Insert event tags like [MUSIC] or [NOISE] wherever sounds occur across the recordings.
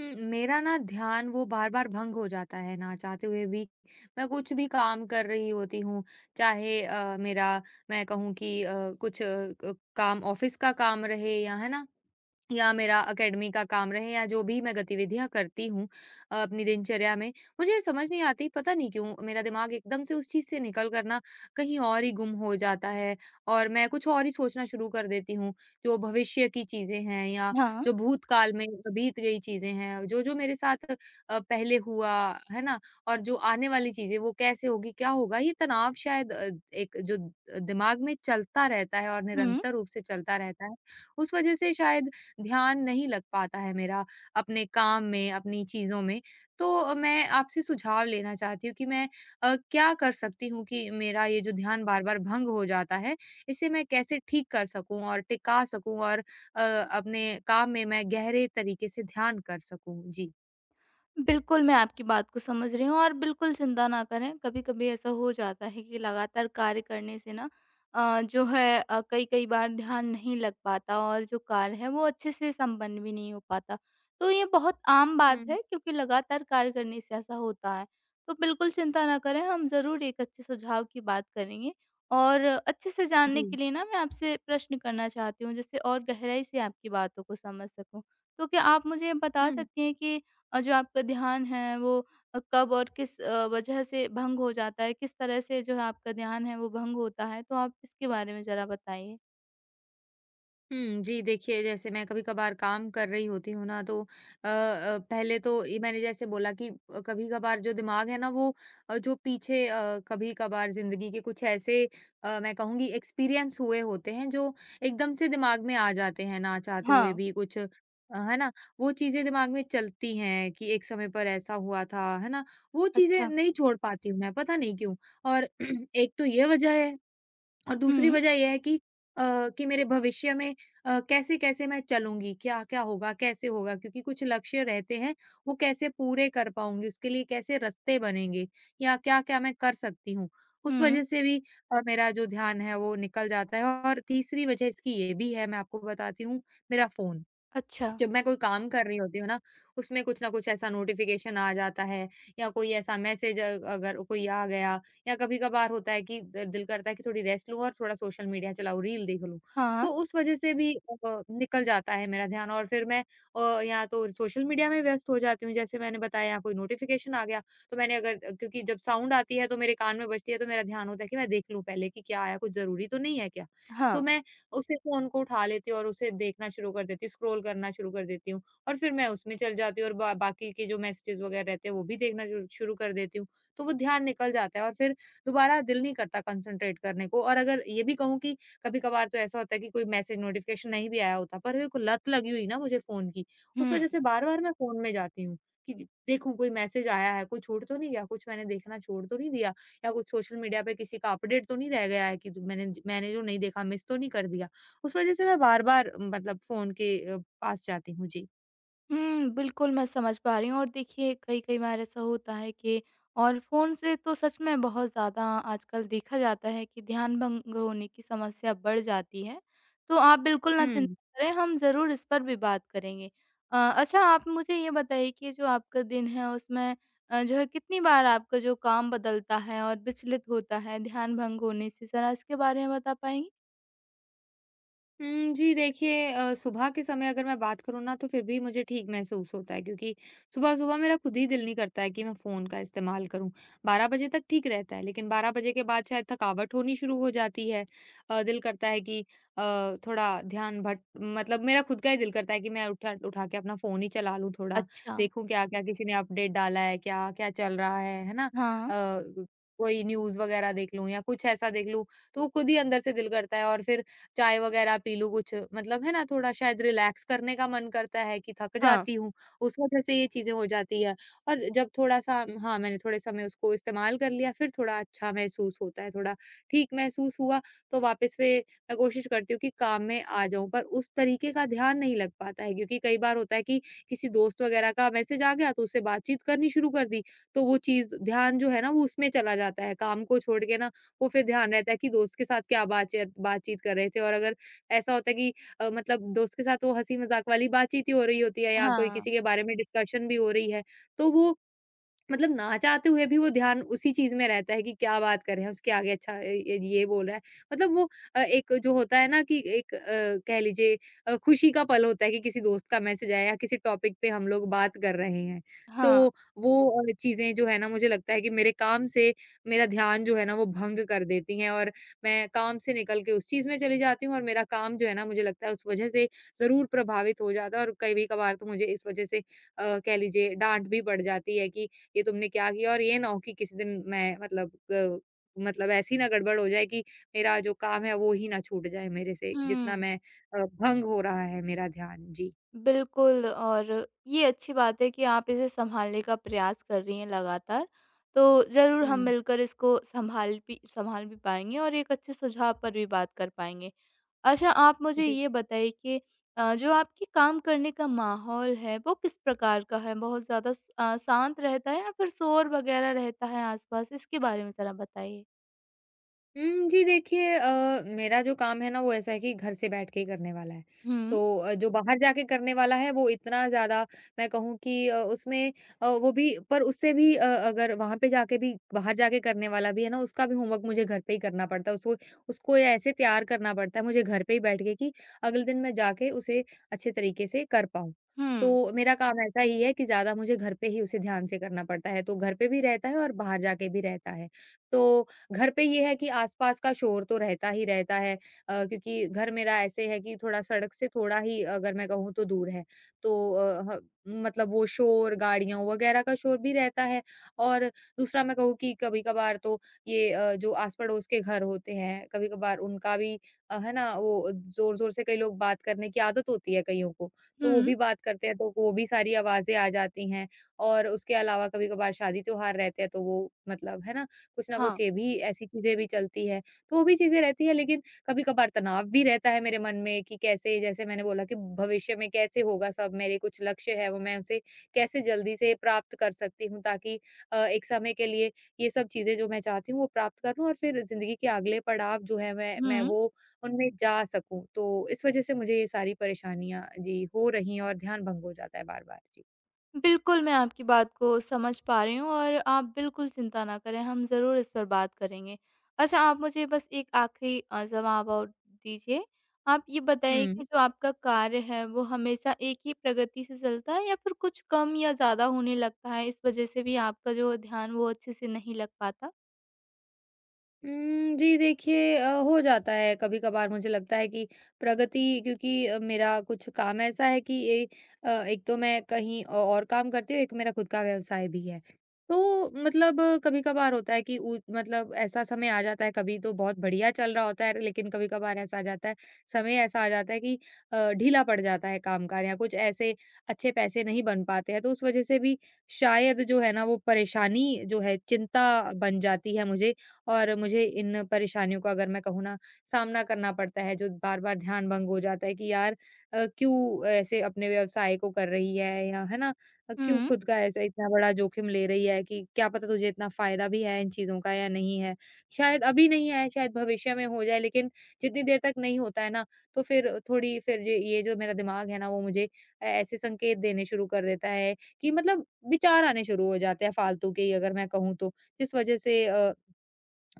मेरा ना ध्यान वो बार-बार भंग हो जाता है ना चाहते हुए भी। मैं कुछ भी काम कर रही होती हूँ, चाहे मेरा मैं कहूँ कि कुछ काम ऑफ़िस का काम रहे या है ना या मेरा एकेडमी का काम रहे या जो भी मैं गतिविधियां करती हूँ अपनी दिनचर्या में मुझे समझ नहीं आती पता नहीं क्यों मेरा दिमाग एकदम से उस चीज से निकल कर ना कहीं और ही गुम हो जाता है और मैं कुछ और ही सोचना शुरू कर देती हूँ जो भविष्य की चीजें हैं या हाँ, जो भूतकाल में बीत गई चीजें हैं जो जो मेरे साथ पहले हुआ है ना। और जो आने वाली चीजें वो कैसे होगी क्या होगा ये तनाव शायद एक जो दिमाग में चलता रहता है और हुँ। निरंतर रूप से चलता रहता है उस वजह से शायद ध्यान नहीं लग पाता है मेरा अपने काम में, अपनी चीज़ों में। तो मैं आपसे सुझाव लेना चाहती हूँ कि मैं क्या कर सकती हूँ कि मेरा ये जो ध्यान बार-बार भंग हो जाता है, इसे मैं कैसे ठीक कर सकूँ और टिका सकूँ और अपने काम में मैं गहरे तरीके से ध्यान कर सकूँ? जी। बिल्कुल, मैं आपकी बात को समझ रही हूँ और बिल्कुल चिंता ना करें। कभी-कभी ऐसा हो जाता है कि लगातार कार्य करने से ना जो है कई-कई बार ध्यान नहीं लग पाता और जो कार्य है वो अच्छे से संपन्न भी नहीं हो पाता। तो ये बहुत आम बात हुँ। है क्योंकि लगातार कार्य करने से ऐसा होता है। तो बिल्कुल चिंता ना करें, हम ज़रूर एक अच्छे सुझाव की बात करेंगे और अच्छे से जानने के जी। लिए ना मैं आपसे प्रश्न करना चाहती हूँ जिससे और गहराई से आपकी बातों को समझ सकूँ। तो क्या आप मुझे बता सकती हैं कि और जो आपका ध्यान है वो कब और किस वजह से भंग हो जाता है, किस तरह से जो है आपका ध्यान है वो भंग होता है? तो आप इसके बारे में ज़रा बताइए। हुँ, जी, देखिए जैसे मैं कभी-कभार काम कर रही होती हूँ ना तो पहले तो ये मैंने जैसे बोला कि कभी-कभार जो दिमाग है ना वो जो पीछे कभी-कभार ज़िंदगी के कुछ ऐसे मैं कहूँगी एक्सपीरियंस हुए होते हैं जो एकदम से दिमाग में आ जाते हैं ना चाहते हुए हाँ, भी कुछ है ना? वो चीज़ें दिमाग में चलती हैं कि एक समय पर ऐसा हुआ था, है ना? वो चीज़ें अच्छा। नहीं छोड़ पाती हूँ मैं, पता नहीं क्यों? और [CLEARS THROAT] एक तो ये वजह है। और दूसरी हुँ, वजह ये है कि कि मेरे भविष्य में कैसे-कैसे मैं चलूँगी, क्या-क्या होगा, कैसे होगा? क्योंकि कुछ लक्ष्य रहते हैं, वो कैसे पूरे कर पाऊँगी, उसके लिए कैसे रास्ते बनेंगे या क्या-क्या मैं कर सकती हूँ। उस हुँ, वजह से भी मेरा जो ध्यान है, वो निकल जाता है और तीसरी वजह इसकी ये भी है, मैं आपको बताती हूँ, मेरा फ़ोन। अच्छा। जब मैं कोई काम कर रही होती हूँ ना, उसमें कुछ ना कुछ ऐसा नोटिफ़िकेशन आ जाता है या कोई ऐसा मैसेज अगर कोई आ गया या कभी-कभार होता है कि द दिल करता है कि थोड़ी रेस्ट लूँ और थोड़ा सोशल मीडिया चलाऊँ, रील देख लूँ। हाँ, तो उस वज़ह से भी निकल जाता है मेरा ध्यान और फिर मैं या तो सोशल मीडिया में व्यस्त हो जाती हूँ, जैसे मैंने बताया या कोई नोटिफ़िकेशन आ गया, तो मैंने अगर क्योंकि जब साउंड आती है तो मेरे कान में बजती है, तो मेरा ध्यान होता है कि मैं देख लूँ पहले कि क्या आया, कुछ ज़रूरी तो नहीं है क्या? तो हाँ, मैं उसी फ़ोन को उठा लेती हूँ और उसे देखना शुरू कर देती हूँ, स्क्रॉल करना शुरू कर देती हूँ और फिर मैं उसमें चली जाती हूँ और बा बाकी के जो मैसेजेज़ वगैरह रहते हैं, वो भी देखना शुरू शुरू कर देती हूँ। तो वो ध्यान निकल जाता है और फिर दोबारा दिल नहीं करता कंसंट्रेट करने को और अगर ये भी कहूँ कि कभी-कभार तो ऐसा होता है कि कोई मैसेज नोटिफ़िकेशन नहीं भी आया होता, पर मेरे को लत लगी हुई ना मुझे फ़ोन की, उस हुँ। वज़ह से बार-बार मैं फ़ोन में जाती हूँ कि देखूँ कोई मैसेज आया है, कोई छूट तो नहीं गया, कुछ मैंने देखना छोड़ तो नहीं दिया। या कुछ सोशल मीडिया पे किसी का अपडेट तो नहीं रह गया है कि जो मैंने मैंने जो नहीं देखा मिस तो नहीं कर दिया? उस वज़ह से मैं बार-बार मतलब फ़ोन के पास जाती हूँ। जी। हुँ, बिल्कुल मैं समझ पा रही हूँ और देखिए कई-कई बार ऐसा होता है कि और फ़ोन से तो सच में बहुत ज़्यादा आजकल देखा जाता है कि ध्यान भंग होने की समस्या बढ़ जाती है। तो आप बिल्कुल ना हुँ। चिंता करें, हम ज़रूर इस पर भी बात करेंगे। अच्छा, आप मुझे ये बताइए कि जो आपका दिन है उसमें जो है कितनी बार आपका जो काम बदलता है और विचलित होता है ध्यान भंग होने से? ज़रा इसके बारे में बता पाएँगी? हुँ, जी देखिए सुबह के समय अगर मैं बात करूँ ना तो फिर भी मुझे ठीक महसूस होता है क्योंकि सुबह-सुबह मेरा खुद ही दिल नहीं करता है कि मैं फ़ोन का इस्तेमाल करूँ। 12 बजे तक ठीक रहता है लेकिन 12 बजे के बाद शायद थकावट होनी शुरू हो जाती है। दिल करता है कि थोड़ा ध्यान भट मतलब मेरा खुद का ही दिल करता है कि मैं उठा उठा के अपना फ़ोन ही चला लूँ थोड़ा, अच्छा, देखूँ क्या-क्या किसी ने अपडेट डाला है, क्या-क्या चल रहा है ना? हाँ। अ, कोई न्यूज़ वगैरह देख लूँ या कुछ ऐसा देख लूँ, तो वो खुद ही अंदर से दिल करता है और फिर चाय वगैरह पी लूँ कुछ मतलब है ना थोड़ा शायद रिलैक्स करने का मन करता है कि थक हाँ। जाती हूँ, उस वजह से ये चीज़ें हो जाती है। और जब थोड़ा-सा हाँ, मैंने थोड़े समय उसको इस्तेमाल कर लिया फिर थोड़ा अच्छा महसूस होता है, थोड़ा ठीक महसूस हुआ तो वापस वे मैं कोशिश करती हूँ कि काम में आ जाऊँ, पर उस तरीके का ध्यान नहीं लग पाता है क्योंकि कई बार होता है कि किसी दोस्त वगैरह का मैसेज आ गया तो उससे बातचीत करनी शुरू कर दी, तो वो चीज़ ध्यान जो है ना वो उसमें चला जाता है, काम को छोड़ के ना वो फिर ध्यान रहता है कि दोस्त के साथ क्या बातचीत बातचीत कर रहे थे और अगर ऐसा होता है कि मतलब दोस्त के साथ वो हँसी मज़ाक वाली बातचीत ही हो रही होती है या कोई हाँ, किसी के बारे में डिस्कशन भी हो रही है, तो वो मतलब ना चाहते हुए भी वो ध्यान उसी चीज़ में रहता है कि क्या बात कर रहे हैं, उसके आगे अच्छा ए ए, ये बोल रहा है। मतलब वो एक जो होता है ना कि एक कह लीजिए खुशी का पल होता है कि किसी दोस्त का मैसेज आया या किसी टॉपिक पे हम लोग बात कर रहे हैं। तो हाँ, वो चीज़ें जो है ना मुझे लगता है कि मेरे काम से मेरा ध्यान जो है ना वो भंग कर देती हैं और मैं काम से निकल के उस चीज़ में चली जाती हूँ और मेरा काम जो है ना मुझे लगता है उस वज़ह से ज़रूर प्रभावित हो जाता है और कभी-कभार तो मुझे इस वज़ह से कह लीजिए डाँट भी पड़ जाती है कि ये तुमने क्या किया? और ये ना हो कि किसी दिन मैं मतलब ग मतलब ऐसी ना गड़बड़ हो जाए कि मेरा जो काम है वो ही ना छूट जाए मेरे से जितना हुँ। मैं भंग हो रहा है मेरा ध्यान। जी। बिल्कुल। और ये अच्छी बात है कि आप इसे सँभालने का प्रयास कर रही हैं लगातार। तो ज़रूर हम हुँ। मिलकर इसको सँभाल भी पाएँगे और एक अच्छे सुझाव पर भी बात कर पाएँगे। अच्छा, आप मुझे जी। ये बताइए कि जो आपके काम करने का माहौल है वो किस प्रकार का है? बहुत ज़्यादा शांत रहता है या फिर शोर वग़ैरह रहता है आस-पास? इसके बारे में ज़रा बताइए। हुँ, जी देखिए मेरा जो काम है ना वो ऐसा है कि घर से बैठ के ही करने वाला है। हुँ, तो जो बाहर जाके करने वाला है वो इतना ज़्यादा मैं कहूँ कि उसमें वो भी पर उससे भी अगर वहाँ पे जाके भी बाहर जाके करने वाला भी है ना उसका भी होमवर्क मुझे घर पे ही करना पड़ता है। उसको उसको ऐसे तैयार करना पड़ता है मुझे घर पे ही बैठ के कि अगले दिन मैं जाके उसे अच्छे तरीके से कर पाऊँ। तो हुँ। मेरा काम ऐसा ही है कि ज़्यादा मुझे घर पे ही उसे ध्यान से करना पड़ता है। तो घर पे भी रहता है और बाहर जाके भी रहता है। तो घर पे ये है कि आस-पास का शोर तो रहता ही रहता है क्योंकि घर मेरा ऐसे है कि थोड़ा सड़क से थोड़ा ही अगर मैं कहूँ तो दूर है। तो अ, ह मतलब वो शोर, गाड़ियों वगैरह का शोर भी रहता है और दूसरा मैं कहूँ कि कभी-कभार तो ये जो आस-पड़ोस के घर होते हैं, कभी-कभार उनका भी है ना, वो ज़ोर-ज़ोर से कई लोग बात करने की आदत होती है कईयों को, तो वो हुँ। भी बात करते हैं, तो वो भी सारी आवाज़ें आ जाती हैं और उसके अलावा कभी-कभार शादी-त्योहार रहते हैं, तो वो मतलब है ना कुछ हाँ। ये भी ऐसी चीज़ें भी चलती है, तो वो भी चीज़ें रहती है लेकिन कभी-कभार तनाव भी रहता है मेरे मन में कि कैसे जैसे मैंने बोला कि भविष्य में कैसे होगा सब, मेरे कुछ लक्ष्य है वो मैं उसे कैसे जल्दी से प्राप्त कर सकती हूँ ताकि एक समय के लिए ये सब चीज़ें जो मैं चाहती हूँ वो प्राप्त कर लूँ और फिर ज़िंदगी के अगले पड़ाव जो है मैं हुँ। वो उनमें जा सकूँ। तो इस वजह से मुझे ये सारी परेशानियाँ जी हो रही हैं और ध्यान भंग हो जाता है बार-बार। जी। बिल्कुल, मैं आपकी बात को समझ पा रही हूँ और आप बिल्कुल चिंता ना करें, हम ज़रूर इस पर बात करेंगे। अच्छा, आप मुझे बस एक आखिरी जवाब और दीजिए। आप ये बताइए कि हुँ। जो आपका कार्य है, वो हमेशा एक ही प्रगति से चलता है या फिर कुछ कम या ज़्यादा होने लगता है, इस वज़ह से भी आपका जो ध्यान, वो अच्छे से नहीं लग पाता? जी देखिए हो जाता है कभी-कभार मुझे लगता है कि प्रगति क्योंकि मेरा कुछ काम ऐसा है कि एक तो मैं कहीं औ और काम करती हूँ, एक मेरा खुद का व्यवसाय भी है। तो मतलब कभी-कभार होता है कि उ मतलब ऐसा समय आ जाता है, कभी तो बहुत बढ़िया चल रहा होता है, लेकिन कभी-कभार ऐसा आ जाता है, समय ऐसा आ जाता है कि ढीला पड़ जाता है काम-काज या कुछ ऐसे अच्छे पैसे नहीं बन पाते हैं। तो उस वजह से भी शायद जो है ना, वो परेशानी जो है, चिंता बन जाती है मुझे और मुझे इन परेशानियों का अगर मैं कहूँ ना सामना करना पड़ता है जो बार-बार ध्यान भंग हो जाता है कि यार क्यों ऐसे अपने व्यवसाय को कर रही है या है ना क्यों हुँ, खुद का ऐसा इतना बड़ा जोखिम ले रही है कि क्या पता तुझे इतना फ़ायदा भी है इन चीज़ों का या नहीं है। शायद अभी नहीं है, शायद भविष्य में हो जाए लेकिन जितनी देर तक नहीं होता है ना तो फिर थोड़ी फिर ज ये जो मेरा दिमाग है ना वो मुझे ऐसे संकेत देने शुरू कर देता है कि मतलब विचार आने शुरू हो जाते हैं फालतू के ही अगर मैं कहूँ तो। जिस वज़ह से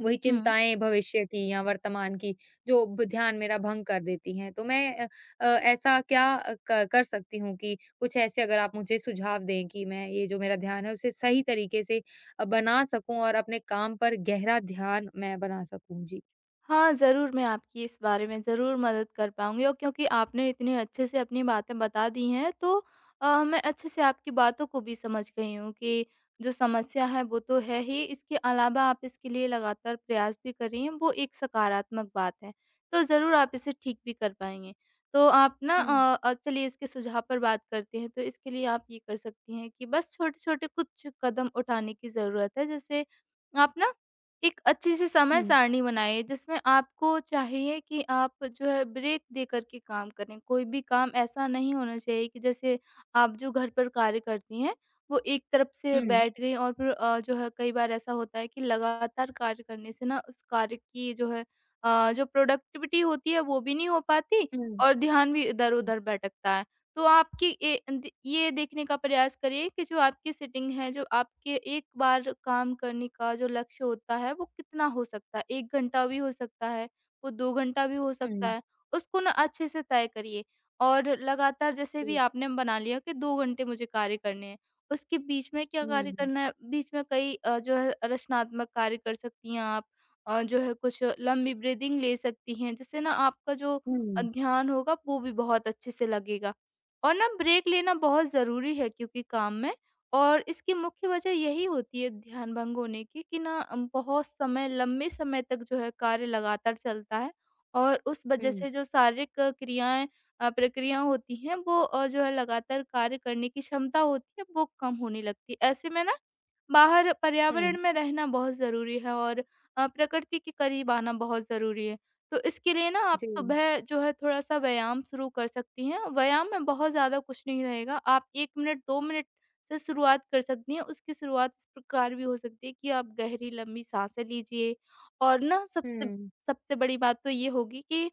वही हुँ। चिंताएँ भविष्य की या वर्तमान की जो ब ध्यान मेरा भंग कर देती हैं। तो मैं ऐसा क्या क कर सकती हूँ कि कुछ ऐसे अगर आप मुझे सुझाव दें कि मैं ये जो मेरा ध्यान है उसे सही तरीके से बना सकूँ और अपने काम पर गहरा ध्यान मैं बना सकूँ? जी। हाँ, ज़रूर मैं आपकी इस बारे में ज़रूर मदद कर पाऊँगी, और क्योंकि आपने इतने अच्छे से अपनी बातें बता दी हैं, तो मैं अच्छे से आपकी बातों को भी समझ गई हूँ कि जो समस्या है वो तो है ही, इसके अलावा आप इसके लिए लगातार प्रयास भी कर रही हैं, वो एक सकारात्मक बात है। तो ज़रूर आप इसे ठीक भी कर पाएँगे। तो आप ना हुँ, चलिए, इसके सुझाव पर बात करते हैं, तो इसके लिए आप ये कर सकती हैं कि बस छोटे-छोटे कुछ कदम उठाने की ज़रूरत है। जैसे आप ना एक अच्छी-सी समय हुँ, सारणी बनाइए जिसमें आपको चाहिए कि आप जो है ब्रेक दे कर के काम करें। कोई भी काम ऐसा नहीं होना चाहिए कि जैसे आप जो घर पर कार्य करती हैं, वो एक तरफ से हुँ, बैठ गई और फिर जो है कई बार ऐसा होता है कि लगातार कार्य करने से ना उस कार्य की जो है जो प्रोडक्टिविटी होती है वो भी नहीं हो पाती हुँ, और ध्यान भी हुँ, इधर-उधर भटकता है। तो आपकी ए द ये देखने का प्रयास करिए कि जो आपकी सेटिंग है, जो आपके एक बार काम करने का जो लक्ष्य होता है, वो कितना हो सकता है। 1 घंटा भी हो सकता है, वो 2 घंटा भी हो सकता हुँ, है। उसको ना अच्छे से तय करिए, और लगातार जैसे भी जी, आपने बना लिया कि 2 घंटे मुझे कार्य करने हैं, उसके बीच में क्या कार्य हुँ, करना है, बीच में कई जो है रचनात्मक कार्य कर सकती हैं आप, जो है कुछ लंबी ब्रीदिंग ले सकती हैं, जिससे ना आपका जो हुँ, ध्यान होगा वो भी बहुत अच्छे से लगेगा। और ना ब्रेक लेना बहुत ज़रूरी है, क्योंकि काम में और इसकी मुख्य वजह यही होती है ध्यान भंग होने की कि ना बहुत समय लंबे समय तक जो है कार्य लगातार चलता है और उस वजह हुँ, से जो शारीरिक क्रियाएँ प्रक्रियाएँ होती हैं वो जो है लगातार कार्य करने की क्षमता होती है वो कम होने लगती है। ऐसे में ना बाहर पर्यावरण हुँ, में रहना बहुत ज़रूरी है और प्रकृति के करीब आना बहुत ज़रूरी है। तो इसके लिए ना आप जी, सुबह जो है थोड़ा-सा व्यायाम शुरू कर सकती हैं। व्यायाम में बहुत ज़्यादा कुछ नहीं रहेगा। आप 1 मिनट, 2 मिनट से शुरुआत कर सकती हैं। उसकी शुरुआत इस प्रकार भी हो सकती है कि आप गहरी लंबी साँसें लीजिए, और ना सबसे हुँ, सबसे बड़ी बात तो ये होगी कि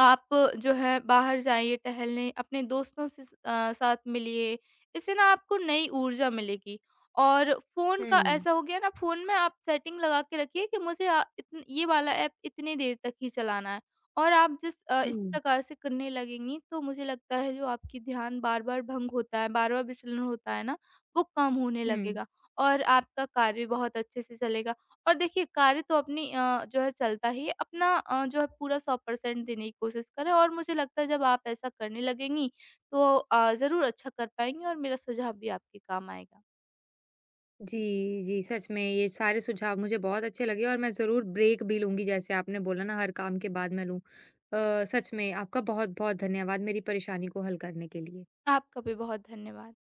आप जो है बाहर जाइए टहलने, अपने दोस्तों से साथ मिलिए, इससे ना आपको नई ऊर्जा मिलेगी। और फ़ोन का हुँ, ऐसा हो गया ना, फ़ोन में आप सेटिंग लगा के रखिए कि मुझे अ, इतन ये वाला ऐप इतनी देर तक ही चलाना है। और आप इस हुँ, प्रकार से करने लगेंगी, तो मुझे लगता है जो आपकी ध्यान बार-बार भंग होता है, बार-बार विचलन होता है ना, वो कम होने हुँ। लगेगा और आपका कार्य बहुत अच्छे से चलेगा। और देखिए कार्य तो अपनी जो है चलता ही है, अपना जो है पूरा 100% देने की कोशिश करें, और मुझे लगता है जब आप ऐसा करने लगेंगी तो ज़रूर अच्छा कर पाएँगी और मेरा सुझाव भी आपके काम आएगा। जी, जी, सच में ये सारे सुझाव मुझे बहुत अच्छे लगे और मैं ज़रूर ब्रेक भी लूँगी जैसे आपने बोला ना हर काम के बाद मैं लूँ। सच में आपका बहुत-बहुत धन्यवाद मेरी परेशानी को हल करने के लिए। आपका भी बहुत धन्यवाद।